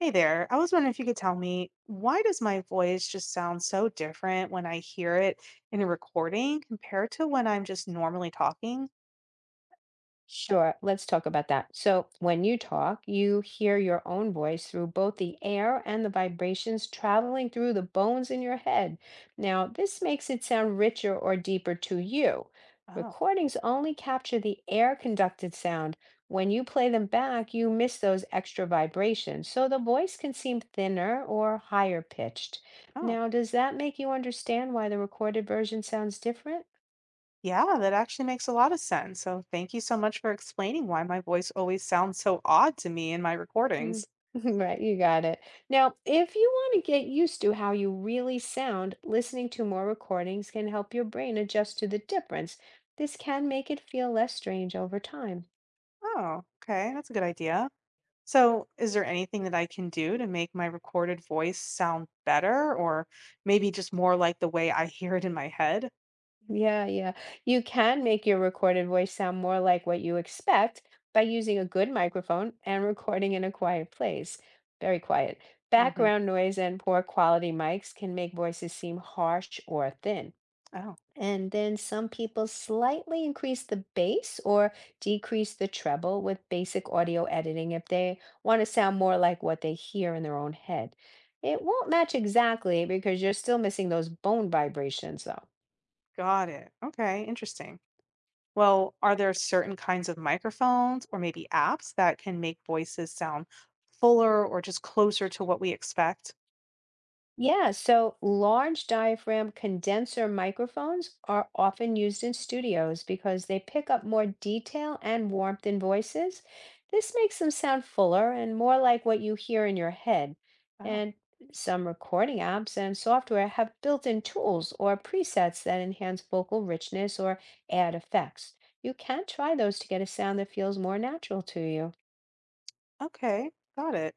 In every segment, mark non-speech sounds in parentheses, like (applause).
Hey there. I was wondering if you could tell me why does my voice just sound so different when I hear it in a recording compared to when I'm just normally talking? Sure, let's talk about that. So, when you talk, you hear your own voice through both the air and the vibrations traveling through the bones in your head. Now, this makes it sound richer or deeper to you. Oh, Recordings only capture the air conducted sound. When you play them back, you miss those extra vibrations, so the voice can seem thinner or higher pitched. oh, Now, does that make you understand why the recorded version sounds different? yeah, that actually makes a lot of sense. So thank you so much for explaining why my voice always sounds so odd to me in my Mm, recordings. (laughs) Right, you got it. Now, if you want to get used to how you really sound, listening to more recordings can help your brain adjust to the difference. This can make it feel less strange over time. Oh, okay, that's a good idea. So is there anything that I can do to make my recorded voice sound better or maybe just more like the way I hear it in my head? Yeah, yeah. You can make your recorded voice sound more like what you expect by using a good microphone and recording in a quiet place. Very quiet. Mm-hmm. Background noise and poor quality mics can make voices seem harsh or thin. Oh, And then some people slightly increase the bass or decrease the treble with basic audio editing if they want to sound more like what they hear in their own head. It won't match exactly because you're still missing those bone vibrations, though. got it. Okay, interesting. Well, are there certain kinds of microphones or maybe apps that can make voices sound fuller or just closer to what we expect? Yeah, so large diaphragm condenser microphones are often used in studios because they pick up more detail and warmth in voices. This makes them sound fuller and more like what you hear in your head. Oh, And some recording apps and software have built-in tools or presets that enhance vocal richness or add effects. You can try those to get a sound that feels more natural to you. okay, got it.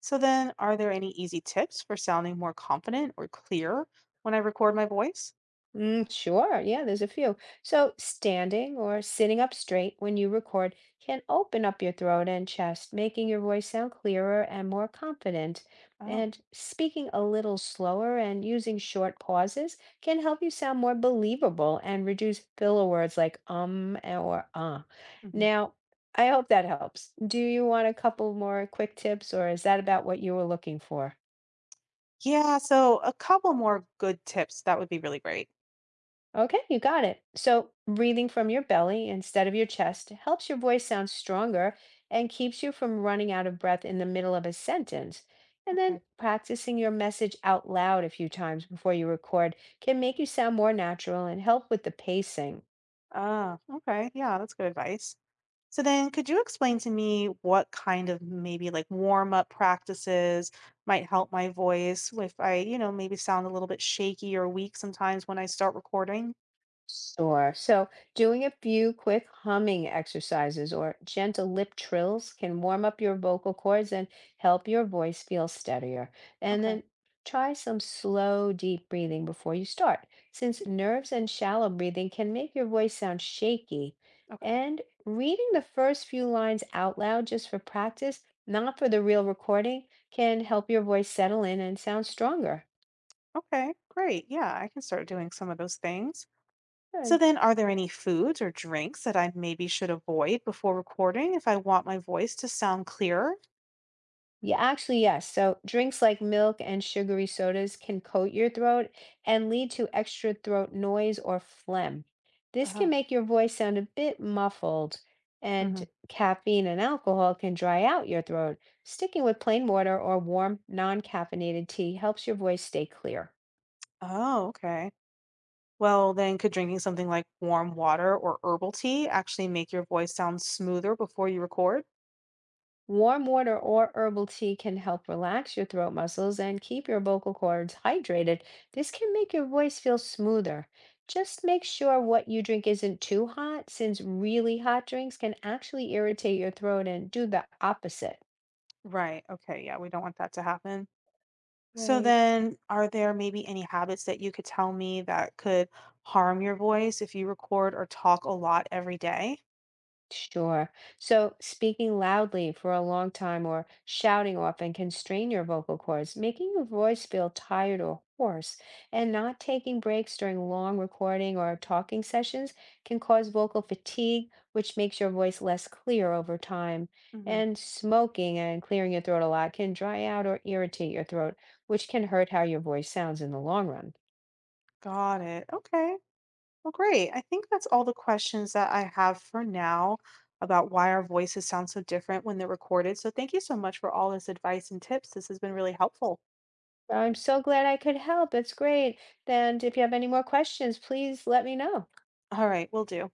So then, are there any easy tips for sounding more confident or clear when I record my voice? Mm, sure. Yeah, there's a few. So, standing or sitting up straight when you record can open up your throat and chest, making your voice sound clearer and more confident. Oh, And speaking a little slower and using short pauses can help you sound more believable and reduce filler words like and- or. mhm. Now, I hope that helps. Do you want a couple more quick tips, or is that about what you were looking for? Yeah. So a couple more good tips that would be really great. Okay, you got it. So, breathing from your belly instead of your chest helps your voice sound stronger and keeps you from running out of breath in the middle of a sentence. And Okay. then practicing your message out loud a few times before you record can make you sound more natural and help with the pacing. Ah, okay. Yeah, that's good advice. So then, could you explain to me what kind of maybe like warm up practices might help my voice if I, maybe sound a little bit shaky or weak sometimes when I start recording? Sure. So, doing a few quick humming exercises or gentle lip trills can warm up your vocal cords and help your voice feel steadier. And Okay. then try some slow, deep breathing before you start, since nerves and shallow breathing can make your voice sound shaky. Okay. And reading the first few lines out loud just for practice, not for the real recording, can help your voice settle in and sound stronger. Okay. Great. Yeah, I can start doing some of those things. Uh, So then, are there any foods or drinks that I maybe should avoid before recording if I want my voice to sound clearer? Yeah, actually, yes. So drinks like milk and sugary sodas can coat your throat and lead to extra throat noise or phlegm. This can Oh. make your voice sound a bit muffled, and Hmm. caffeine and alcohol can dry out your throat. Sticking with plain water or warm, non-caffeinated tea helps your voice stay clear. Oh, okay. Well, then could drinking something like warm water or herbal tea actually make your voice sound smoother before you record? Warm water or herbal tea can help relax your throat muscles and keep your vocal cords hydrated. This can make your voice feel smoother. Just make sure what you drink isn't too hot, since really hot drinks can actually irritate your throat and do the opposite. Right. Okay. Yeah, we don't want that to happen. So Right. then, are there maybe any habits that you could tell me that could harm your voice if you record or talk a lot every day? Sure. So speaking loudly for a long time or shouting often can strain your vocal cords, making your voice feel tired or hoarse. And not taking breaks during long recording or talking sessions can cause vocal fatigue, which makes your voice less clear over time. Mm-hmm. And smoking and clearing your throat a lot can dry out or irritate your throat, which can hurt how your voice sounds in the long run. Got it. Okay. Well, great. I think that's all the questions that I have for now about why our voices sound so different when they're recorded. So thank you so much for all this advice and tips. This has been really helpful. I'm so glad I could help. It's great. And if you have any more questions, please let me know. All right, will do.